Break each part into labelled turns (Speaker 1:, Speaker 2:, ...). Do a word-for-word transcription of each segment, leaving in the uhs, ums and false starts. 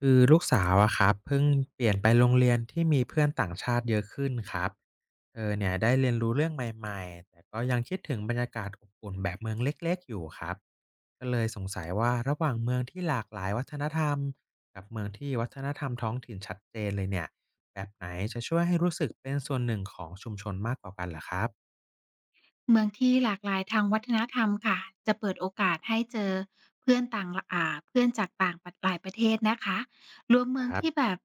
Speaker 1: คือลูกสาวอะครับเพิ่งเปลี่ยนไปโรงเรียนที่มีเพื่อนต่างชาติเยอะขึ้นครับเธอเนี่ยได้เรียนรู้เรื่องใหม่ๆแต่ก็ยังคิดถึงบรรยากาศอบอุ่นแบบเมืองเล็กๆอยู่ครับก็เลยสงสัยว่าระหว่างเมืองที่หลากหลายวัฒนธรรมกับเมืองที่วัฒนธรรมท้องถิ่นชัดเจนเลยเนี่ยแบบไหนจะช่วยให้รู้สึกเป็นส่วนหนึ่งของชุมชนมากกว่ากันเหรอครับ
Speaker 2: เมืองที่หลากหลายทางวัฒนธรรมค่ะจะเปิดโอกาสให้เจอเพื่อนต่างอ่าเพื่อนจากต่างประหลายประเทศนะคะรวมเมือ
Speaker 1: ค
Speaker 2: ง
Speaker 1: รับ
Speaker 2: ที่แบบ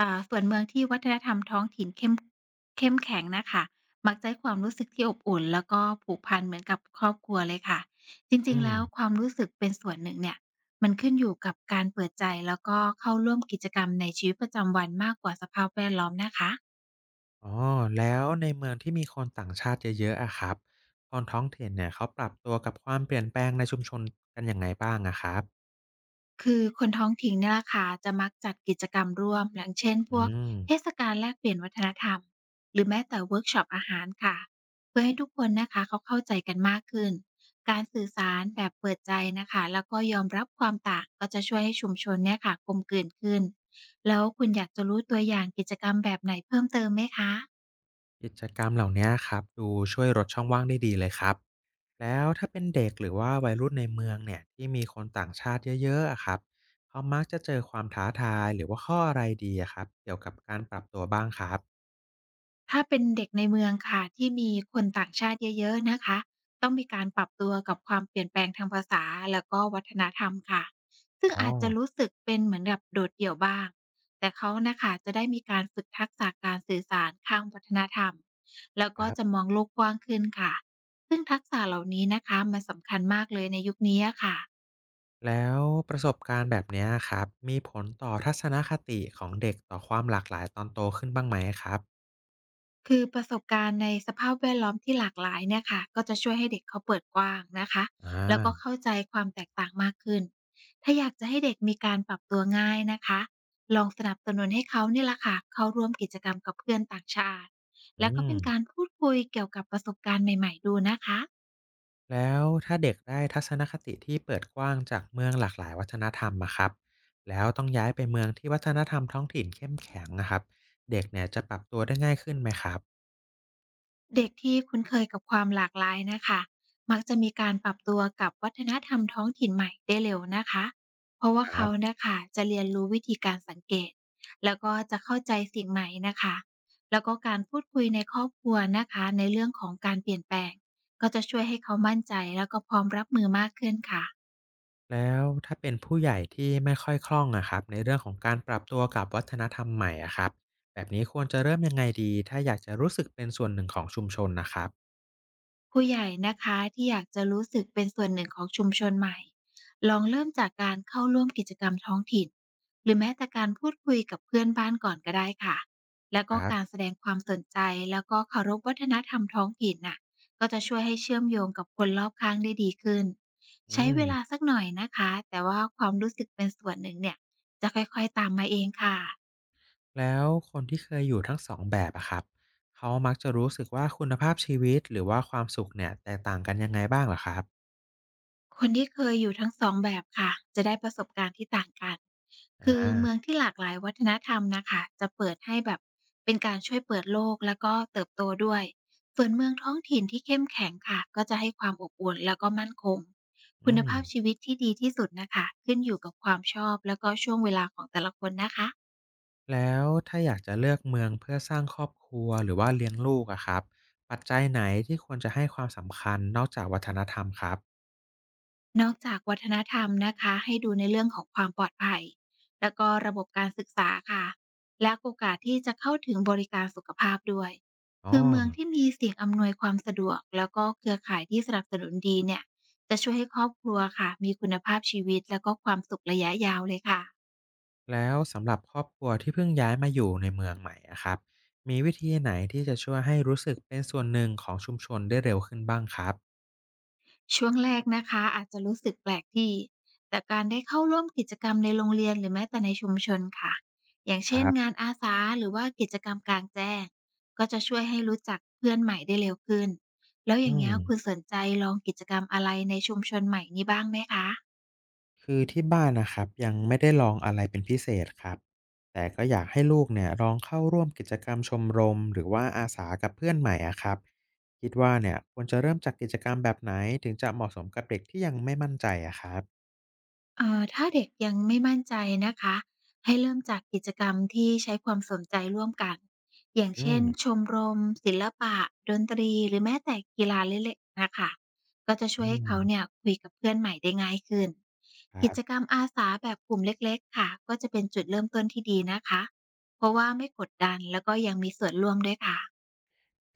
Speaker 2: อ่าส่วนเมืองที่วัฒนธรรมท้องถิ่นเข้มเข้มแข็งนะคะมักจะให้ความรู้สึกที่อบอุ่นแล้วก็ผูกพันเหมือนกับครอบครัวเลยค่ะจริง
Speaker 1: อื
Speaker 2: ๆ
Speaker 1: ม
Speaker 2: แล้วความรู้สึกเป็นส่วนหนึ่งเนี่ยมันขึ้นอยู่กับการเปิดใจแล้วก็เข้าร่วมกิจกรรมในชีวิตประจำวันมากกว่าสภาพแวดล้อมนะคะ
Speaker 1: อ๋อแล้วในเมืองที่มีคนต่างชาติเยอะๆอะครับคนท้องถิ่นเนี่ยเขาปรับตัวกับความเปลี่ยนแปลงในชุมชนกันยังไงบ้างอะครับ
Speaker 2: คือคนท้องถิ่นเนี่ยล่ะค่ะจะมักจัดกิจกรรมร่วมอย่างเช่นพ
Speaker 1: อื
Speaker 2: วก
Speaker 1: ม
Speaker 2: เทศกาลแลกเปลี่ยนวัฒนธรรม หรือแม้แต่เวิร์กช็อปอาหารค่ะเพื่อให้ทุกคนนะคะเขาเข้าใจกันมากขึ้นการสื่อสารแบบเปิดใจนะคะแล้วก็ยอมรับความต่างก็จะช่วยให้ชุมชนเนี่ยค่ะกลมกลืนขึ้นแล้วคุณอยากจะรู้ตัวอย่างกิจกรรมแบบไหนเพิ่มเติมไหมคะ
Speaker 1: กิจกรรมเหล่านี้ครับดูช่วยลดช่องว่างได้ดีเลยครับแล้วถ้าเป็นเด็กหรือว่าวัยรุ่นในเมืองเนี่ยที่มีคนต่างชาติเยอะๆอะครับเขามักจะเจอความท้าทายหรือว่าข้ออะไรดีอะครับเกี่ยวกับการปรับตัวบ้างครับ
Speaker 2: ถ้าเป็นเด็กในเมืองค่ะที่มีคนต่างชาติเยอะๆนะคะต้องมีการปรับตัวกับความเปลี่ยนแปลงทางภาษาแล้วก็วัฒนธรรมค่ะซึ่ง
Speaker 1: อ๋อ
Speaker 2: อาจจะรู้สึกเป็นเหมือนแบบโดดเดี่ยวบ้างแต่เขานะคะจะได้มีการฝึกทักษะการสื่อสารข้ามวัฒนธรรมแล้ว
Speaker 1: ค
Speaker 2: ก็
Speaker 1: รั
Speaker 2: จะ
Speaker 1: บ
Speaker 2: มองโลกกว้างขึ้นค่ะซึ่งทักษะเหล่านี้นะคะมันสำคัญมากเลยในยุคนี้อะค่ะ
Speaker 1: แล้วประสบการณ์แบบเนี้ยครับมีผลต่อทัศนคติของเด็กต่อความหลากหลายตอนโตขึ้นบ้างไหมครับ
Speaker 2: คือประสบการณ์ในสภาพแวดล้อมที่หลากหลายเนี่ยค่ะก็จะช่วยให้เด็กเขาเปิดกว้างนะคะแล้ว
Speaker 1: อา
Speaker 2: ก็เข้าใจความแตกต่างมากขึ้นถ้าอยากจะให้เด็กมีการปรับตัวง่ายนะคะลองสนับสนุนให้เขานี่แหละค่ะเข้าร่วมกิจกรรมกับเพื่อนต่างชาติ
Speaker 1: อื
Speaker 2: แล้วก็
Speaker 1: ม
Speaker 2: เป็นการพูดคุยเกี่ยวกับประสบการณ์ใหม่ๆดูนะคะ
Speaker 1: แล้วถ้าเด็กได้ทัศนคติที่เปิดกว้างจากเมืองหลากหลายวัฒนธรรมอะครับแล้วต้องย้ายไปเมืองที่วัฒนธรรมท้องถิ่นเข้มแข็งอะครับเด็กเนี่ยจะปรับตัวได้ง่ายขึ้นไหมครับ
Speaker 2: เด็กที่คุ้นเคยกับความหลากหลายนะคะมักจะมีการปรับตัวกับวัฒนธรรมท้องถิ่นใหม่ได้เร็วนะคะเพราะว่า
Speaker 1: ครั
Speaker 2: เขา
Speaker 1: บ
Speaker 2: นะคะจะเรียนรู้วิธีการสังเกตแล้วก็จะเข้าใจสิ่งใหม่นะคะแล้วก็การพูดคุยในครอบครัวนะคะในเรื่องของการเปลี่ยนแปลงก็จะช่วยให้เขามั่นใจแล้วก็พร้อมรับมือมากขึ้นค่ะ
Speaker 1: แล้วถ้าเป็นผู้ใหญ่ที่ไม่ค่อยคล่องอะครับในเรื่องของการปรับตัวกับวัฒนธรรมใหม่อะครับแบบนี้ควรจะเริ่มยังไงดีถ้าอยากจะรู้สึกเป็นส่วนหนึ่งของชุมชนนะครับ
Speaker 2: ผู้ใหญ่นะคะที่อยากจะรู้สึกเป็นส่วนหนึ่งของชุมชนใหม่ลองเริ่มจากการเข้าร่วมกิจกรรมท้องถิ่นหรือแม้แต่การพูดคุยกับเพื่อนบ้านก่อนก็ได้ค่ะแล้ว
Speaker 1: ค
Speaker 2: ก็
Speaker 1: รั
Speaker 2: การ
Speaker 1: บ
Speaker 2: แสดงความสนใจแล้วก็เคารพวัฒนธรรมท้องถิ่นน่ะก็จะช่วยให้เชื่อมโยงกับคนรอบข้างได้ดีขึ้น
Speaker 1: อื
Speaker 2: ใช้
Speaker 1: ม
Speaker 2: เวลาสักหน่อยนะคะแต่ว่าความรู้สึกเป็นส่วนหนึ่งเนี่ยจะค่อยๆตามมาเองค่ะ
Speaker 1: แล้วคนที่เคยอยู่ทั้งสองแบบอะครับเขามักจะรู้สึกว่าคุณภาพชีวิตหรือว่าความสุขเนี่ยแตกต่างกันยังไงบ้างเหรอครับ
Speaker 2: คนที่เคยอยู่ทั้งสองแบบค่ะจะได้ประสบการณ์ที่ต่างกันคือเมื
Speaker 1: อา
Speaker 2: องที่หลากหลายวัฒนธรรมนะค่ะจะเปิดให้แบบเป็นการช่วยเปิดโลกแล้วก็เติบโตด้วยส่วนเมืองท้องถิ่นที่เข้มแข็งค่ะก็จะให้ความอบอุ่นแล้วก็มั่นคงคุ
Speaker 1: อื
Speaker 2: ณ
Speaker 1: ม
Speaker 2: ภาพชีวิตที่ดีที่สุดนะคะขึ้นอยู่กับความชอบแล้วก็ช่วงเวลาของแต่ละคนนะคะ
Speaker 1: แล้วถ้าอยากจะเลือกเมืองเพื่อสร้างครอบครัวหรือว่าเลี้ยงลูกอะครับปัจจัยไหนที่ควรจะให้ความสำคัญนอกจากวัฒนธรรมครับ
Speaker 2: นอกจากวัฒนธรรมนะคะให้ดูในเรื่องของความปลอดภัยแล้วก็ระบบการศึกษาค่ะและโอกาสที่จะเข้าถึงบริการสุขภาพด้วย
Speaker 1: อ๋อ
Speaker 2: คือเมืองที่มีสิ่งอำนวยความสะดวกแล้วก็เครือข่ายที่สนับสนุนดีเนี่ยจะช่วยให้ครอบครัวค่ะมีคุณภาพชีวิตแล้วก็ความสุขระยะยาวเลยค่ะ
Speaker 1: แล้วสำหรับครอบครัวที่เพิ่งย้ายมาอยู่ในเมืองใหม่อะครับมีวิธีไหนที่จะช่วยให้รู้สึกเป็นส่วนหนึ่งของชุมชนได้เร็วขึ้นบ้างครับ
Speaker 2: ช่วงแรกนะคะอาจจะรู้สึกแปลกที่แต่การได้เข้าร่วมกิจกรรมในโรงเรียนหรือแม้แต่ในชุมชนค่ะอย่าง
Speaker 1: ค
Speaker 2: เช่น
Speaker 1: รั
Speaker 2: งา
Speaker 1: บ
Speaker 2: นอาสาหรือว่ากิจกรรมกลางแจ้งก็จะช่วยให้รู้จักเพื่อนใหม่ได้เร็วขึ้นแล้วอย่า
Speaker 1: อื
Speaker 2: งเงี้
Speaker 1: ม
Speaker 2: ยคุณสนใจลองกิจกรรมอะไรในชุมชนใหม่นี้บ้างไหมคะ
Speaker 1: คือที่บ้านนะครับยังไม่ได้ลองอะไรเป็นพิเศษครับแต่ก็อยากให้ลูกเนี่ยลองเข้าร่วมกิจกรรมชมรมหรือว่าอาสากับเพื่อนใหม่อะครับคิดว่าเนี่ยควรจะเริ่มจากกิจกรรมแบบไหนถึงจะเหมาะสมกับเด็กที่ยังไม่มั่นใจอะครับ
Speaker 2: เอ่อถ้าเด็กยังไม่มั่นใจนะคะให้เริ่มจากกิจกรรมที่ใช้ความสนใจร่วมกันอย่าง
Speaker 1: อื
Speaker 2: เช่น
Speaker 1: ม
Speaker 2: ชมรมศิลปะดนตรีหรือแม้แต่กีฬาเล็กๆนะคะก็จะช่
Speaker 1: อื
Speaker 2: วยให้
Speaker 1: ม
Speaker 2: เขาเนี่ยคุยกับเพื่อนใหม่ได้ง่ายขึ้น
Speaker 1: ค
Speaker 2: กิ
Speaker 1: รั
Speaker 2: จกร
Speaker 1: บ
Speaker 2: รมอาสาแบบกลุ่มเล็กๆค่ะก็จะเป็นจุดเริ่มต้นที่ดีนะคะเพราะว่าไม่กดดันแล้วก็ยังมีส่วนร่วมด้วยค่ะ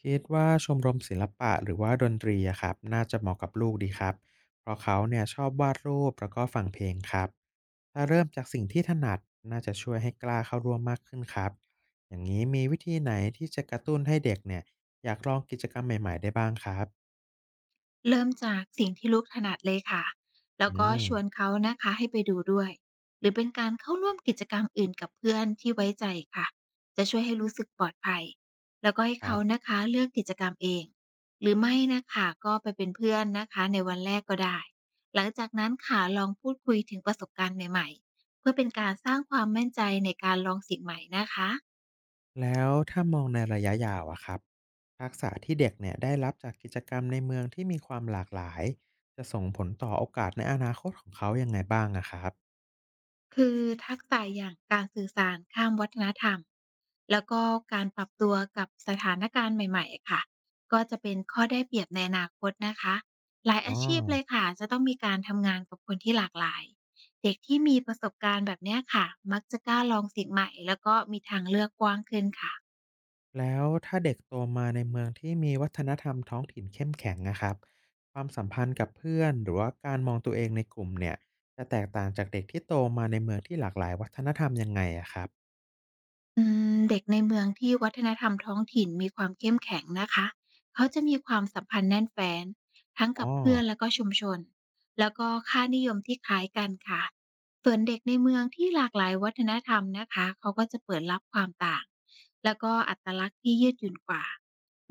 Speaker 1: คิดว่าชมรมศิลปะหรือว่าดนตรีอะครับน่าจะเหมาะกับลูกดีครับเพราะเขาเนี่ยชอบวาดรูปแล้วก็ฟังเพลงครับถ้าเริ่มจากสิ่งที่ถนัดน่าจะช่วยให้กล้าเข้าร่วมมากขึ้นครับอย่างนี้มีวิธีไหนที่จะกระตุ้นให้เด็กเนี่ยอยากลองกิจกรรมใหม่ๆได้บ้างครับ
Speaker 2: เริ่มจากสิ่งที่ลูกถนัดเลยค่ะ แล้ว
Speaker 1: อื
Speaker 2: ก็
Speaker 1: ม
Speaker 2: ชวนเขานะคะให้ไปดูด้วย หรือเป็นการเข้าร่วมกิจกรรมอื่นกับเพื่อนที่ไว้ใจค่ะ จะช่วยให้รู้สึกปลอดภัย แล้วก็ให้
Speaker 1: ครั
Speaker 2: เขา
Speaker 1: บ
Speaker 2: นะคะเลือกกิจกรรมเอง หรือไม่นะคะก็ไปเป็นเพื่อนนะคะในวันแรกก็ได้ หลังจากนั้นค่ะลองพูดคุยถึงประสบการณ์ใหม่ๆ เพื่อเป็นการสร้างความมั่นใจในการลองสิ่งใหม่นะคะ
Speaker 1: แล้วถ้ามองในระยะยาวอะครับทักษะที่เด็กเนี่ยได้รับจากกิจกรรมในเมืองที่มีความหลากหลายจะส่งผลต่อโอกาสในอนาคตของเขายังไงบ้างอะครับ
Speaker 2: คือทักษะอย่างการสื่อสารข้ามวัฒนธรรมแล้วก็การปรับตัวกับสถานการณ์ใหม่ๆค่ะก็จะเป็นข้อได้เปรียบในอนาคตนะคะหลาย
Speaker 1: อ๋อ
Speaker 2: อาชีพเลยค่ะจะต้องมีการทำงานกับคนที่หลากหลายเด็กที่มีประสบการณ์แบบเนี้ยค่ะมักจะกล้าลองสิ่งใหม่แล้วก็มีทางเลือกกว้างขึ้นค่ะ
Speaker 1: แล้วถ้าเด็กโตมาในเมืองที่มีวัฒนธรรมท้องถิ่นเข้มแข็งนะครับความสัมพันธ์กับเพื่อนหรือว่าการมองตัวเองในกลุ่มเนี่ยจะแตกต่างจากเด็กที่โตมาในเมืองที่หลากหลายวัฒนธรรมยังไงอะครับ
Speaker 2: อืมเด็กในเมืองที่วัฒนธรรมท้องถิ่นมีความเข้มแข็งนะคะ เขาจะมีความสัมพันธ์แน่นแฟ้นทั้งกั
Speaker 1: อ๋อ
Speaker 2: บเพื่อนแล้วก็ชุมชน แล้วก็ค่านิยมที่คล้ายกันค่ะ ส่วนเด็กในเมืองที่หลากหลายวัฒนธรรมนะคะเขาก็จะเปิดรับความต่างแล้วก็อัตลักษณ์ที่ยืดหยุ่นกว่า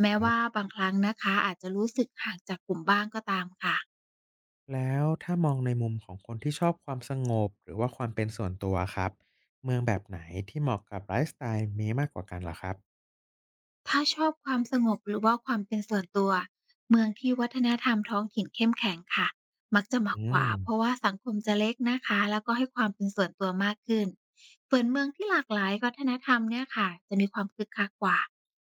Speaker 2: แม้
Speaker 1: ครั
Speaker 2: ว่า
Speaker 1: บ
Speaker 2: บางครั้งนะคะอาจจะรู้สึกห่างจากกลุ่มบ้างก็ตามค่ะ
Speaker 1: แล้วถ้ามองในมุมของคนที่ชอบความสงบหรือว่าความเป็นส่วนตัวครับเมืองแบบไหนที่เหมาะกับไลฟ์สไตล์นี้มากกว่ากันเหรอครับ
Speaker 2: ถ้าชอบความสงบหรือว่าความเป็นส่วนตัวเมืองที่วัฒนธรรมท้องถิ่นเข้มแข็งค่ะมักจะเห
Speaker 1: อื
Speaker 2: มาะกว่า
Speaker 1: ม
Speaker 2: เพราะว่าสังคมจะเล็กนะคะแล้วก็ให้ความเป็นส่วนตัวมากขึ้นส่วนเมืองที่หลากหลายวัฒนธรรมเนี่ยค่ะจะมีความคึกคักกว่า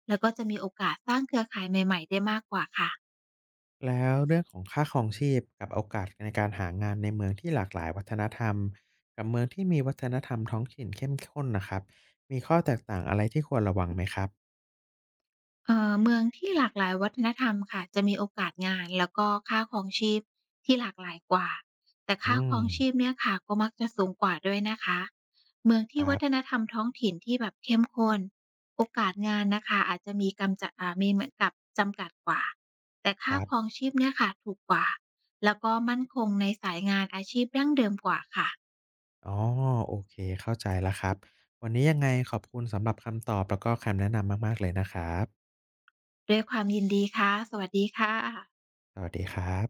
Speaker 2: แล้วก็จะมีโอกาสสร้างเครือข่ายใหม่ๆได้มากกว่าค่ะ
Speaker 1: แล้วเรื่องของค่าครองชีพกับโอกาสในการหางานในเมืองที่หลากหลายวัฒนธรรมกับเมืองที่มีวัฒนธรรมท้องถิ่นเข้มข้นนะครับมีข้อแตกต่างอะไรที่ควรระวังไหมครับ
Speaker 2: เอ่อเมืองที่หลากหลายวัฒนธรรมค่ะจะมีโอกาสงานแล้วก็ค่าครองชีพที่หลากหลายกว่าแต่ค่า
Speaker 1: อื
Speaker 2: คร
Speaker 1: ม
Speaker 2: องชีพเนี่ยค่ะก็มักจะสูงกว่าด้วยนะคะเมืองที่
Speaker 1: ค
Speaker 2: วั
Speaker 1: รั
Speaker 2: ฒน
Speaker 1: บ
Speaker 2: ธรรมท้องถิ่นที่แบบเข้มข้นโอกาสงานนะคะอาจจะมีกำจะอ่ามีเหมือนกับจำกัดกว่าแต่
Speaker 1: ค
Speaker 2: ค่า
Speaker 1: รับ
Speaker 2: ครองชีพเนี่ยค่ะถูกกว่าแล้วก็มั่นคงในสายงานอาชีพดั้งเดิมกว่าค่ะ
Speaker 1: อ๋อโอเคเข้าใจแล้วครับวันนี้ยังไงขอบคุณสำหรับคำตอบแล้วก็คำแนะนำมากๆเลยนะครับ
Speaker 2: ด้วยความยินดีค่ะสวัสดีค่ะ
Speaker 1: สวัสดีครับ